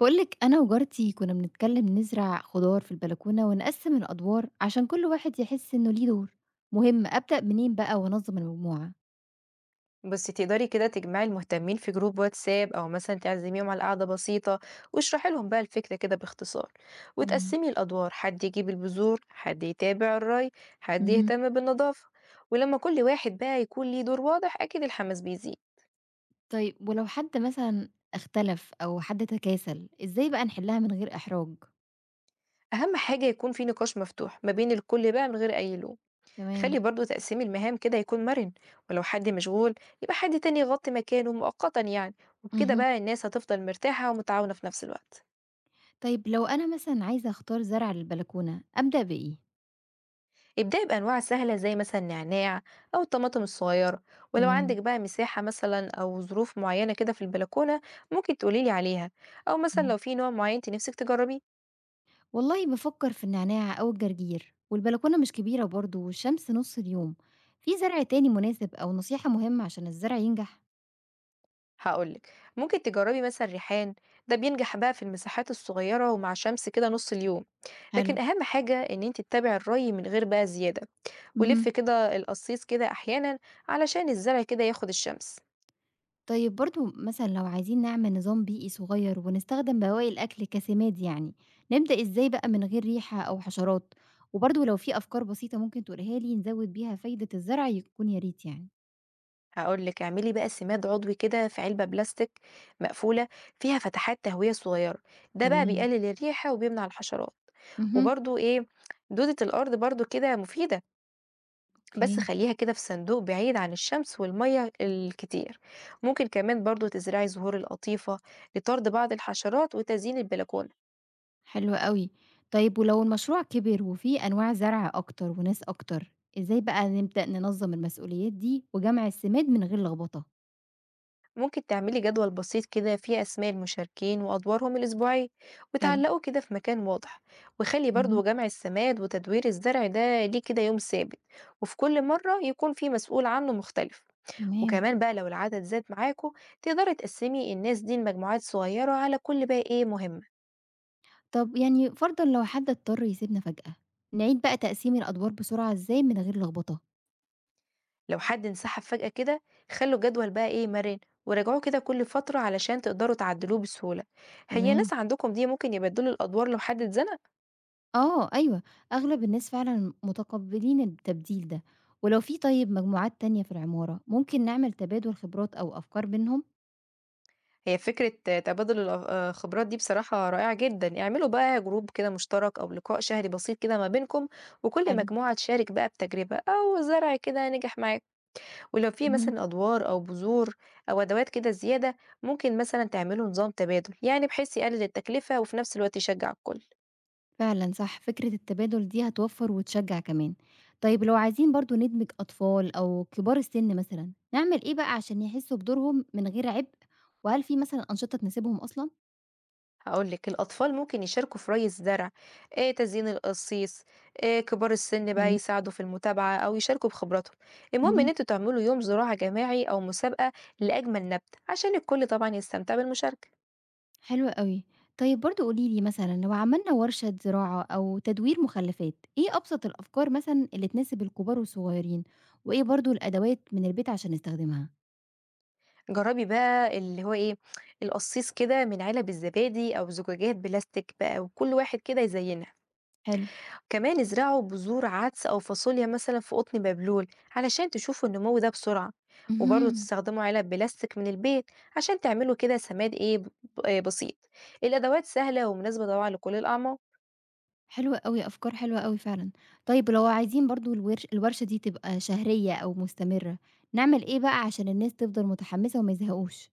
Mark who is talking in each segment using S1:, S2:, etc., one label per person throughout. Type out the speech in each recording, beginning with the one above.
S1: بقولك أنا وجارتي كنا بنتكلم نزرع خضار في البلكونة ونقسم الأدوار عشان كل واحد يحس إنه ليه دور مهم. أبدأ منين بقى وأنظم المجموعة؟
S2: بس تقدري كده تجمعي المهتمين في جروب واتساب او مثلا تعزميهم على قعدة بسيطة. واشرحي لهم بقى الفكرة كده باختصار،
S1: تمام.
S2: وتقسمي الادوار: حد يجيب البذور، حد يتابع الري، حد
S1: مهم.
S2: يهتم بالنظافة. ولما كل واحد بقى يكون ليه دور واضح اكيد الحماس بيزيد.
S1: طيب ولو حد مثلا اختلف أو حد تكاسل، إزاي بقى نحلها من غير إحراج؟
S2: اهم حاجة يكون في نقاش مفتوح ما بين الكل بقى من غير اي لوم.
S1: تمام.
S2: خلي برضو تقسيم المهام كده يكون مرن، ولو حد مشغول يبقى حد تاني يغطي مكانه مؤقتا وبكده
S1: مهم.
S2: بقى الناس هتفضل مرتاحة ومتعاونة في نفس الوقت.
S1: طيب لو أنا مثلا عايزة أختار زرع للبلكونة، أبدأ بإيه؟
S2: ابدأي بأنواع سهلة زي مثلا النعناع أو الطماطم الصغيرة. ولو عندك
S1: تمام.
S2: بقى مساحة مثلا أو ظروف معينة كده في البلكونة ممكن تقوليلي عليها، أو مثلا لو في نوع معين انت نفسك تجربيه.
S1: والله بافكّر في النعناع أو الجرجير، والبلكونة مش كبيرة برضه والشمس نُص اليوم، في زرع تاني مناسب أو نصيحة مهمة عشان الزرع ينجح؟
S2: هقولك ممكن تجربي مثلا ريحان، ده بينجح بقى في المساحات الصغيرة ومع شمس كده نص اليوم. لكن
S1: حلو.
S2: أهم حاجة إن انت تتابعي الري من غير بقى زيادة، ولف
S1: اهم.
S2: كده القصيص كده أحيانا علشان الزرع كده ياخد الشمس.
S1: طيب برضه مثلًا لو عايزين نعمل نظام بيئي صغير ونستخدم بواقي الأكل كسماد نبدأ إزاي بقى من غير ريحة أو حشرات؟ وبرضه لو في أفكار بسيطة ممكن تقولها لي نزوّد بيها فايدة الزرع يكون يا ريت.
S2: هاقول لِك اعملي بقى سِماد عضوي كده في علبة بلاستيك مقفولة فيها فتحات تهوية صغيرة، ده بقى
S1: تمام.
S2: بيقلل الريحة وبيمنع الحشرات.
S1: اهم.
S2: وبرضه دودة الأرض برضه كده مفيدة، بس
S1: أوكي.
S2: خلّيها كده في صندوق بعيد عن الشمس والمَيّة الكتير. ممكن كمان برضه تزرعي زهور القطيفة لطرد بعض الحشرات وتزيين البلكونة.
S1: حلو أوي. طيب ولو المشروع كبر وفيه أنواع زرع أكتر وناس أكتر، إزاي بقى نبدأ ننظم المسؤوليات دي وجمع السماد من غير لخبطة؟
S2: ممكن تعملي جدول بسيط كده فيه أسماء المشاركين وأدوارهم الأسبوعية
S1: حلو.
S2: وتعلقه كده في مكان واضح. وخلي برضو
S1: مهم.
S2: جمع السماد وتدوير الزرع ده ليه كده يوم ثابت، وفي كل مرة يكون فيه مسؤول عنه مختلف.
S1: تمام.
S2: وكمان بقى لو العدد زاد معاكوا تقدري تقسمي الناس دي لمجموعات صغيرة على كل بقى مهمة.
S1: طب فرضا لو حد اضطر يسيبنا فجأة، نعيد بقى تقسيم الأدوار بسرعة إزاي من غير لخبطة؟
S2: لو حد انسحب فجأة كده خلوا الجدول بقى مرن، وراجعوه كده كل فترة علشان تقدروا تعدلوه بسهولة. هي ناس
S1: تمام.
S2: عندكم دي ممكن يبدلوا الأدوار لو حد اتزنق.
S1: آه، أيوه، أغلب الناس فعلا متقبلين التبديل ده، ولو في طيب مجموعات تانية في العمارة ممكن نعمل تبادل خبرات أو أفكار بينهم؟
S2: هي فكرة تبادل خبرات دي بصراحة رائعة جدا. اعملوا بقى جروب كده مشترك أو لقاء شهري بسيط كده ما بينكم، وكل
S1: حلو.
S2: مجموعة تشارك بقى بتجربة أو زرع كده نجح معاك. ولو في
S1: مهم.
S2: مثلا أدوار أو بذور أو أدوات كده زيادة ممكن مثلا تعملوا نظام تبادل، بحيث يقلل التكلفة وفي نفس الوقت يشجع الكل.
S1: فعلًا صح، فكرة التبادل دي هتوفّر وتشجّع كمان. طيب لو عايزين برضه ندمج أطفال أو كبار السن مثلًا، نعمل إيه بقى عشان يحسّوا بدورهم من غير عبء، وهل في مثلًا أنشطة تناسبهم أصلًا؟
S2: هاقول لِك، الأطفال ممكن يشاركوا في ري الزرع، تزيين القصيص. كبار السن بقى
S1: جميل.
S2: يساعدوا في المتابعة أو يشاركوا بخبراتهم. المهم إن
S1: اهم.
S2: أنتم تعملوا يوم زراعة جماعي أو مسابقة لأجمل نبت، عشان الكل طبعًا يستمتع بالمشاركة.
S1: حلو أوي. طيب برضه قولي لي مثلًا لو عملنا ورشة زراعة أو تدوير مخلفات، إيه أبسط الأفكار مثلًا اللي تناسب الكبار والصغيرين، وإيه برضه الأدوات من البيت عشان نستخدمها؟
S2: جرّبي بقى اللي هو إيه، القصيص كده من علب الزبادي أو زجاجات بلاستيك بقى وكل واحد كده يزينها.
S1: حلو.
S2: كمان ازرعوا بذور عدس أو فاصوليا مثلا في قطن بابلول علشان تشوفوا النمو ده بسرعة. وبرضه
S1: اهم.
S2: تستخدموا علب بلاستيك من البيت عشان تعملوا كده سماد ايه ب- آه بسيط. الأدوات سهلة ومناسبة طبعا لكل الأعمار.
S1: حلوة أوي، أفكار حلوة أوي فعلًا. طيب لو عايزين برضه الورشة دي تبقى شهرية أو مستمرة، نعمل إيه بقى عشان الناس تفضل متحمسة وما يزهقوش؟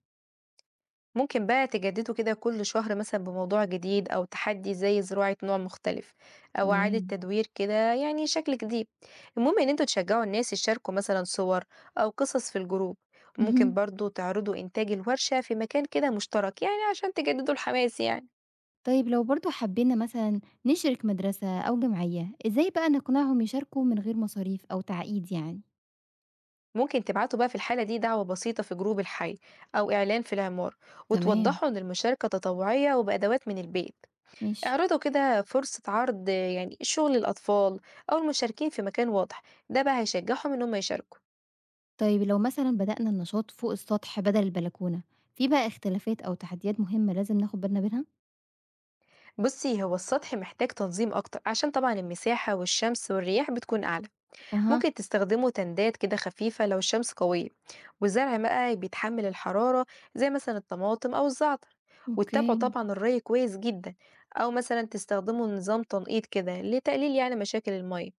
S2: ممكن بقى تجددوا كده كل شهر مثلا بموضوع جديد أو تحدي زي زراعة نوع مختلف أو إعادة
S1: تمام.
S2: تدوير كده، شكل جديد. المهم إن انتوا تشجعوا الناس يشاركوا مثلا صور أو قصص في الجروب. ممكن
S1: اهم.
S2: برضو تعرضوا إنتاج الورشة في مكان كده مشترك، عشان تجددوا الحماس
S1: طيب لو برضه حبينا مثلًا نشرِك مدرسة أو جمعية، إزاي بقى نقنعهم يشاركوا من غير مصاريف أو تعقيد؟
S2: ممكن تبعتوا بقى في الحالة دي دعوة بسيطة في جروب الحي أو إعلان في العمار،
S1: تمام،
S2: وتوضحوا إن المشاركة تطوعية وبأدوات من البيت.
S1: ماشي.
S2: اعرضوا كده فرصة عرض شغل الأطفال أو المشاركين في مكان واضح، ده بقى هيشجعهم إن هم يشاركوا.
S1: طيب لو مثلًا بدأنا النشاط فوق السطح بدل البلكونة، في بقى اختلافات أو تحديات مهمة لازم ناخد بالنا منها؟
S2: بصي هو السطح محتاج تنظيم أكتر عشان طبعا المساحة والشمس والرياح بتكون أعلى.
S1: أها.
S2: ممكن تستخدموا تندات كده خفيفة لو الشمس قوية والزرع بقى بيتحمل الحرارة زي مثلا الطماطم أو الزعتر. وتتابعوا
S1: أوكي.
S2: طبعا الري كويس جدا، أو مثلا تستخدموا نظام تنقيط كده لتقليل مشاكل المية.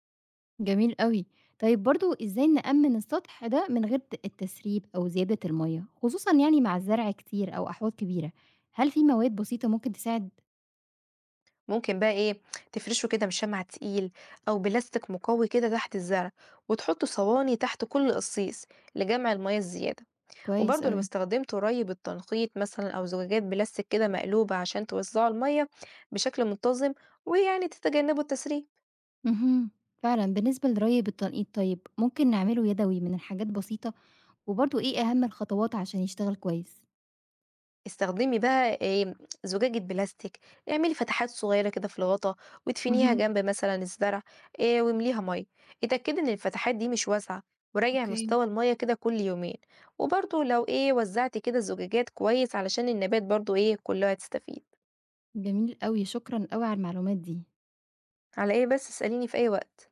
S1: جميل أوي. طيب برضه إزاي نأمِّن السطح ده من غير التسريب أو زيادة المَيّة، خصوصًا مع الزرع كتير أو أحواض كبيرة؟ هل في مواد بسيطة ممكن تساعد؟
S2: ممكن بقى تفرشه كده بشمع تقيل او بلاستيك مقوي كده تحت الزرع، وتحطوا صواني تحت كل قصيص لجمع المية الزيادة.
S1: كويس
S2: وبرضه لو
S1: أوي.
S2: استخدمت ري بالتنقيط مثلا او زجاجات بلاستيك كده مقلوبة عشان توزعوا المية بشكل منتظم ويعني تتجنبوا التسريب.
S1: اهم. فعلًا بالنسبة لرَيّ التنقيط طيب، ممكن نعمله يدوي من حاجات بسيطة، وبرضه إيه أهم الخطوات عشان يشتغل كويس؟
S2: استخدمي بقى آمم زجاجة بلاستيك، اعملي فتحات صغيرة كده في الغطا وادفنيها
S1: اهم.
S2: جنب مثلًا الزرع. وامليها مَيّة، اتأكدي إن الفتحات دي مش واسعة، وراجعي
S1: أوكي.
S2: مستوى المَيّة كده كل يومين. وبرضه لو وزعتِ كده الزجاجات كويس علشان النبات برضه كلها تستفيد.
S1: جميل أوي، شكرًا أوي على المعلومات دي.
S2: على إيه بس، اسأليني في أي وقت.